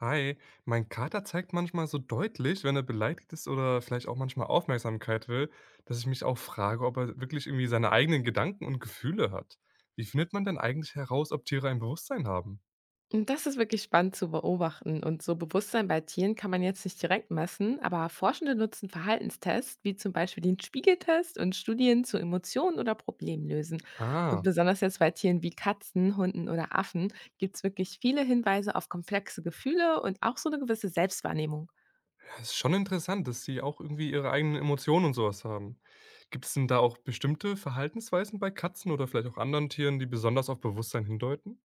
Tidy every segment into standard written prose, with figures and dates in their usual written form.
Hi, mein Kater zeigt manchmal so deutlich, wenn er beleidigt ist oder vielleicht auch manchmal Aufmerksamkeit will, dass ich mich auch frage, ob er wirklich irgendwie seine eigenen Gedanken und Gefühle hat. Wie findet man denn eigentlich heraus, ob Tiere ein Bewusstsein haben? Und das ist wirklich spannend zu beobachten. Und so Bewusstsein bei Tieren kann man jetzt nicht direkt messen, aber Forschende nutzen Verhaltenstests, wie zum Beispiel den Spiegeltest und Studien zu Emotionen oder Problemlösen. Und Ah, besonders jetzt bei Tieren wie Katzen, Hunden oder Affen gibt es wirklich viele Hinweise auf komplexe Gefühle und auch so eine gewisse Selbstwahrnehmung. ja, ist schon interessant, dass sie auch irgendwie ihre eigenen Emotionen und sowas haben. Gibt es denn da auch bestimmte Verhaltensweisen bei Katzen oder vielleicht auch anderen Tieren, die besonders auf Bewusstsein hindeuten?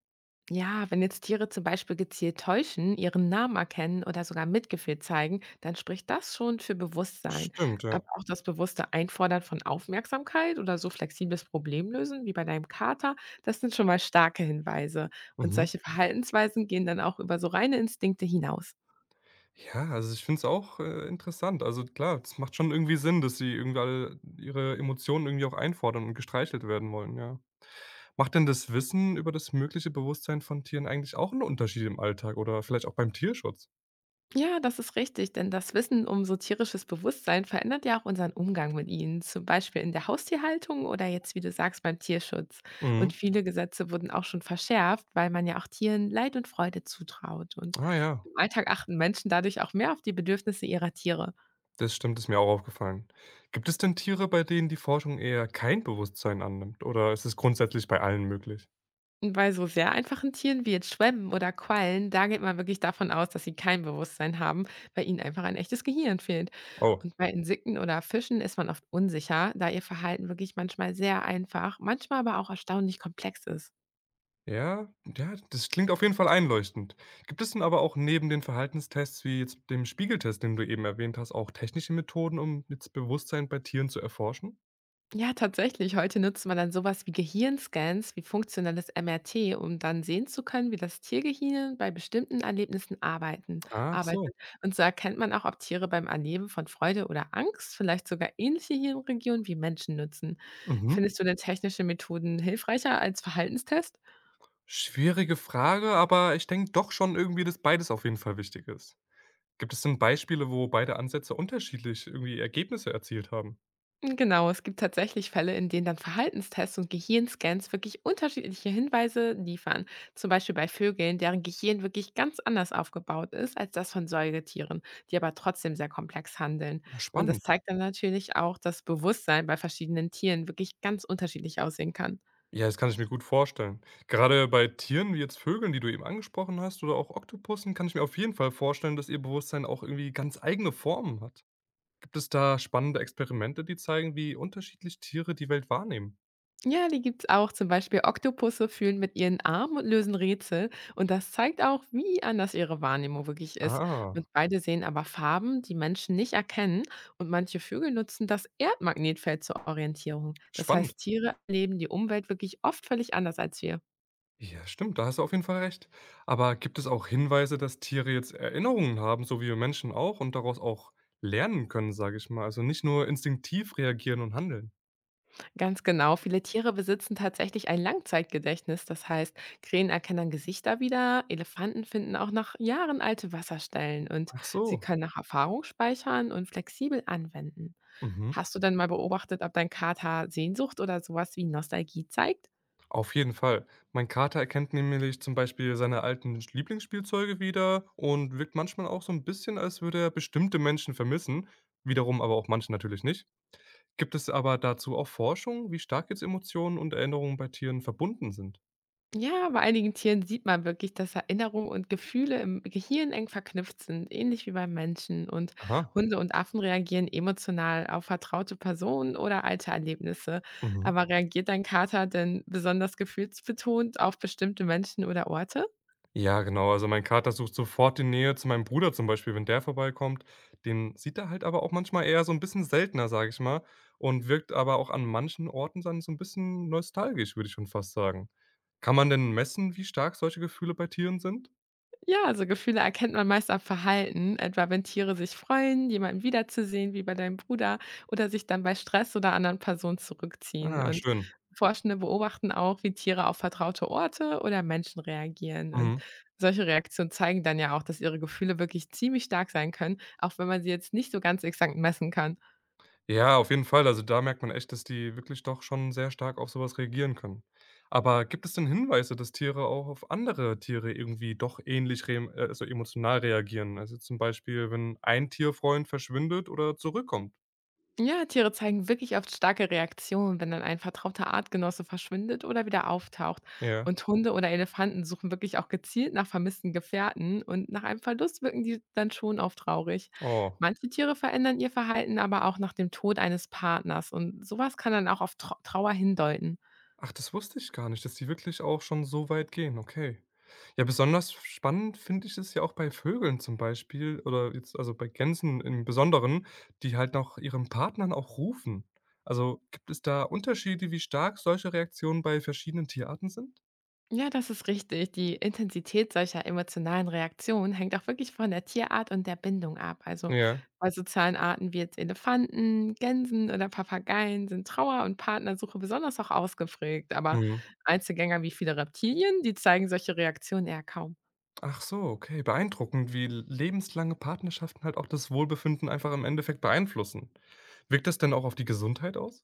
Ja, wenn jetzt Tiere zum Beispiel gezielt täuschen, ihren Namen erkennen oder sogar Mitgefühl zeigen, dann spricht das schon für Bewusstsein. Stimmt, ja. Aber auch das bewusste Einfordern von Aufmerksamkeit oder so flexibles Problemlösen wie bei deinem Kater, das sind schon mal starke Hinweise. Und Mhm. solche Verhaltensweisen gehen dann auch über so reine Instinkte hinaus. Ja, also ich finde es auch, interessant. Also klar, das macht schon irgendwie Sinn, dass sie irgendwie alle ihre Emotionen irgendwie auch einfordern und gestreichelt werden wollen, ja. Macht denn das Wissen über das mögliche Bewusstsein von Tieren eigentlich auch einen Unterschied im Alltag oder vielleicht auch beim Tierschutz? Ja, das ist richtig, denn das Wissen um so tierisches Bewusstsein verändert ja auch unseren Umgang mit ihnen, zum Beispiel in der Haustierhaltung oder jetzt, wie du sagst, beim Tierschutz. Mhm. Und viele Gesetze wurden auch schon verschärft, weil man ja auch Tieren Leid und Freude zutraut. Und Ah ja, im Alltag achten Menschen dadurch auch mehr auf die Bedürfnisse ihrer Tiere. das stimmt, ist mir auch aufgefallen. Gibt es denn Tiere, bei denen die Forschung eher kein Bewusstsein annimmt oder ist es grundsätzlich bei allen möglich? Und bei so sehr einfachen Tieren wie jetzt Schwämmen oder Quallen, da geht man wirklich davon aus, dass sie kein Bewusstsein haben, weil ihnen einfach ein echtes Gehirn fehlt. Oh. Und bei Insekten oder Fischen ist man oft unsicher, da ihr Verhalten wirklich manchmal sehr einfach, manchmal aber auch erstaunlich komplex ist. Ja, ja, das klingt auf jeden Fall einleuchtend. Gibt es denn aber auch neben den Verhaltenstests wie jetzt dem Spiegeltest, den du eben erwähnt hast, auch technische Methoden, um jetzt Bewusstsein bei Tieren zu erforschen? Ja, tatsächlich. Heute nutzt man dann sowas wie Gehirnscans, wie funktionelles MRT, um dann sehen zu können, wie das Tiergehirn bei bestimmten Erlebnissen Ach so. arbeitet. Und so erkennt man auch, ob Tiere beim Erleben von Freude oder Angst vielleicht sogar ähnliche Hirnregionen wie Menschen nutzen. Mhm. Findest du denn technische Methoden hilfreicher als Verhaltenstests? Schwierige Frage, aber ich denke doch schon irgendwie, dass beides auf jeden Fall wichtig ist. Gibt es denn Beispiele, wo beide Ansätze unterschiedlich irgendwie Ergebnisse erzielt haben? Genau, es gibt tatsächlich Fälle, in denen dann Verhaltenstests und Gehirnscans wirklich unterschiedliche Hinweise liefern. Zum Beispiel bei Vögeln, deren Gehirn wirklich ganz anders aufgebaut ist als das von Säugetieren, die aber trotzdem sehr komplex handeln. Ah, Und das spannend. zeigt dann natürlich auch, dass Bewusstsein bei verschiedenen Tieren wirklich ganz unterschiedlich aussehen kann. Ja, das kann ich mir gut vorstellen. Gerade bei Tieren wie jetzt Vögeln, die du eben angesprochen hast, oder auch Oktopussen, kann ich mir auf jeden Fall vorstellen, dass ihr Bewusstsein auch irgendwie ganz eigene Formen hat. Gibt es da spannende Experimente, die zeigen, wie unterschiedlich Tiere die Welt wahrnehmen? Ja, die gibt's auch. Zum Beispiel Oktopusse fühlen mit ihren Armen und lösen Rätsel. Und das zeigt auch, wie anders ihre Wahrnehmung wirklich ist. Ah, Und beide sehen aber Farben, die Menschen nicht erkennen. Und manche Vögel nutzen das Erdmagnetfeld zur Orientierung. Das spannend. heißt, Tiere erleben die Umwelt wirklich oft völlig anders als wir. Ja, stimmt, da hast du auf jeden Fall recht. Aber gibt es auch Hinweise, dass Tiere jetzt Erinnerungen haben, so wie wir Menschen auch, und daraus auch lernen können, sage ich mal? Also nicht nur instinktiv reagieren und handeln. Ganz genau. Viele Tiere besitzen tatsächlich ein Langzeitgedächtnis. Das heißt, Krähen erkennen Gesichter wieder, Elefanten finden auch nach Jahren alte Wasserstellen und Ach sie so. können nach Erfahrung speichern und flexibel anwenden. Mhm. Hast du denn mal beobachtet, ob dein Kater Sehnsucht oder sowas wie Nostalgie zeigt? Auf jeden Fall. Mein Kater erkennt nämlich zum Beispiel seine alten Lieblingsspielzeuge wieder und wirkt manchmal auch so ein bisschen, als würde er bestimmte Menschen vermissen, wiederum aber auch manche natürlich nicht. Gibt es aber dazu auch Forschung, wie stark jetzt Emotionen und Erinnerungen bei Tieren verbunden sind? Ja, bei einigen Tieren sieht man wirklich, dass Erinnerungen und Gefühle im Gehirn eng verknüpft sind, ähnlich wie beim Menschen. Und Aha. Hunde und Affen reagieren emotional auf vertraute Personen oder alte Erlebnisse. Mhm. Aber reagiert dein Kater denn besonders gefühlsbetont auf bestimmte Menschen oder Orte? Ja, genau. Also, mein Kater sucht sofort die Nähe zu meinem Bruder zum Beispiel, wenn der vorbeikommt. Den sieht er halt aber auch manchmal eher so ein bisschen seltener, sage ich mal, und wirkt aber auch an manchen Orten dann so ein bisschen nostalgisch, würde ich schon fast sagen. Kann man denn messen, wie stark solche Gefühle bei Tieren sind? Ja, also Gefühle erkennt man meist am Verhalten, etwa wenn Tiere sich freuen, jemanden wiederzusehen, wie bei deinem Bruder, oder sich dann bei Stress oder anderen Personen zurückziehen. Ah, Und schön. Forschende beobachten auch, wie Tiere auf vertraute Orte oder Menschen reagieren. Und Mhm. solche Reaktionen zeigen dann ja auch, dass ihre Gefühle wirklich ziemlich stark sein können, auch wenn man sie jetzt nicht so ganz exakt messen kann. Ja, auf jeden Fall. Also, da merkt man echt, dass die wirklich doch schon sehr stark auf sowas reagieren können. Aber gibt es denn Hinweise, dass Tiere auch auf andere Tiere irgendwie doch ähnlich rem also, emotional reagieren? Also, zum Beispiel, wenn ein Tierfreund verschwindet oder zurückkommt? Ja, Tiere zeigen wirklich oft starke Reaktionen, wenn dann ein vertrauter Artgenosse verschwindet oder wieder auftaucht. Ja. Und Hunde oder Elefanten suchen wirklich auch gezielt nach vermissten Gefährten und nach einem Verlust wirken die dann schon oft traurig. Oh. Manche Tiere verändern ihr Verhalten aber auch nach dem Tod eines Partners und sowas kann dann auch auf Trauer hindeuten. Ach, das wusste ich gar nicht, dass die wirklich auch schon so weit gehen, okay. Ja, besonders spannend finde ich es ja auch bei Vögeln zum Beispiel oder jetzt also bei Gänsen im Besonderen, die halt nach ihren Partnern auch rufen. Also, gibt es da Unterschiede, wie stark solche Reaktionen bei verschiedenen Tierarten sind? Ja, das ist richtig. Die Intensität solcher emotionalen Reaktionen hängt auch wirklich von der Tierart und der Bindung ab. Also Ja. bei sozialen Arten wie jetzt Elefanten, Gänsen oder Papageien sind Trauer und Partnersuche besonders auch ausgeprägt. Aber Mhm. Einzelgänger wie viele Reptilien, die zeigen solche Reaktionen eher kaum. Ach so, okay, beeindruckend, wie lebenslange Partnerschaften halt auch das Wohlbefinden einfach im Endeffekt beeinflussen. Wirkt das denn auch auf die Gesundheit aus?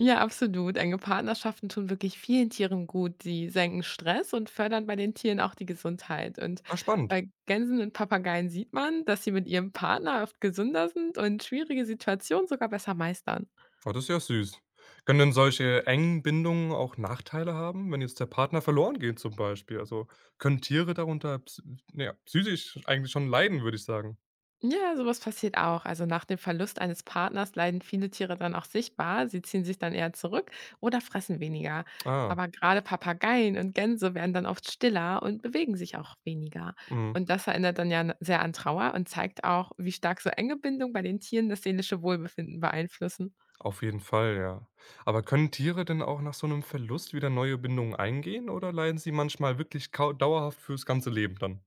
Ja, absolut. Enge Partnerschaften tun wirklich vielen Tieren gut. Sie senken Stress und fördern bei den Tieren auch die Gesundheit. Und Ah, spannend. bei Gänsen und Papageien sieht man, dass sie mit ihrem Partner oft gesünder sind und schwierige Situationen sogar besser meistern. Oh, das ist ja süß. Können denn solche engen Bindungen auch Nachteile haben, wenn jetzt der Partner verloren geht zum Beispiel? Also, können Tiere darunter ps ja, psychisch eigentlich schon leiden, würde ich sagen. Ja, sowas passiert auch. Also nach dem Verlust eines Partners leiden viele Tiere dann auch sichtbar. Sie ziehen sich dann eher zurück oder fressen weniger. Ah, Aber gerade Papageien und Gänse werden dann oft stiller und bewegen sich auch weniger. mhm. Und das erinnert dann sehr an Trauer und zeigt auch, wie stark so enge Bindung bei den Tieren das seelische Wohlbefinden beeinflussen. Auf jeden Fall, ja. Aber können Tiere denn auch nach so einem Verlust wieder neue Bindungen eingehen oder leiden sie manchmal wirklich kau dauerhaft fürs ganze Leben dann?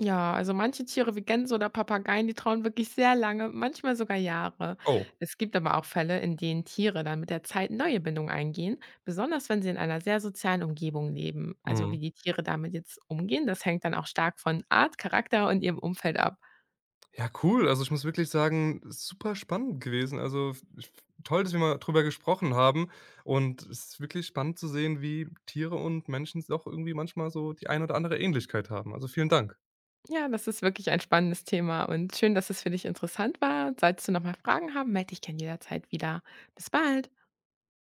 Ja, also manche Tiere wie Gänse oder Papageien, die trauen wirklich sehr lange, manchmal sogar Jahre. Oh, Es gibt aber auch Fälle, in denen Tiere dann mit der Zeit neue Bindungen eingehen, besonders wenn sie in einer sehr sozialen Umgebung leben. Also mhm. wie die Tiere damit jetzt umgehen, das hängt dann auch stark von Art, Charakter und ihrem Umfeld ab. Ja, cool. Also, ich muss wirklich sagen, super spannend gewesen. Also, f ich toll, dass wir mal drüber gesprochen haben und es ist wirklich spannend zu sehen, wie Tiere und Menschen doch irgendwie manchmal so die ein oder andere Ähnlichkeit haben. Also, vielen Dank. Ja, das ist wirklich ein spannendes Thema und schön, dass es für dich interessant war. Solltest du nochmal Fragen haben, melde dich gerne jederzeit wieder. Bis bald.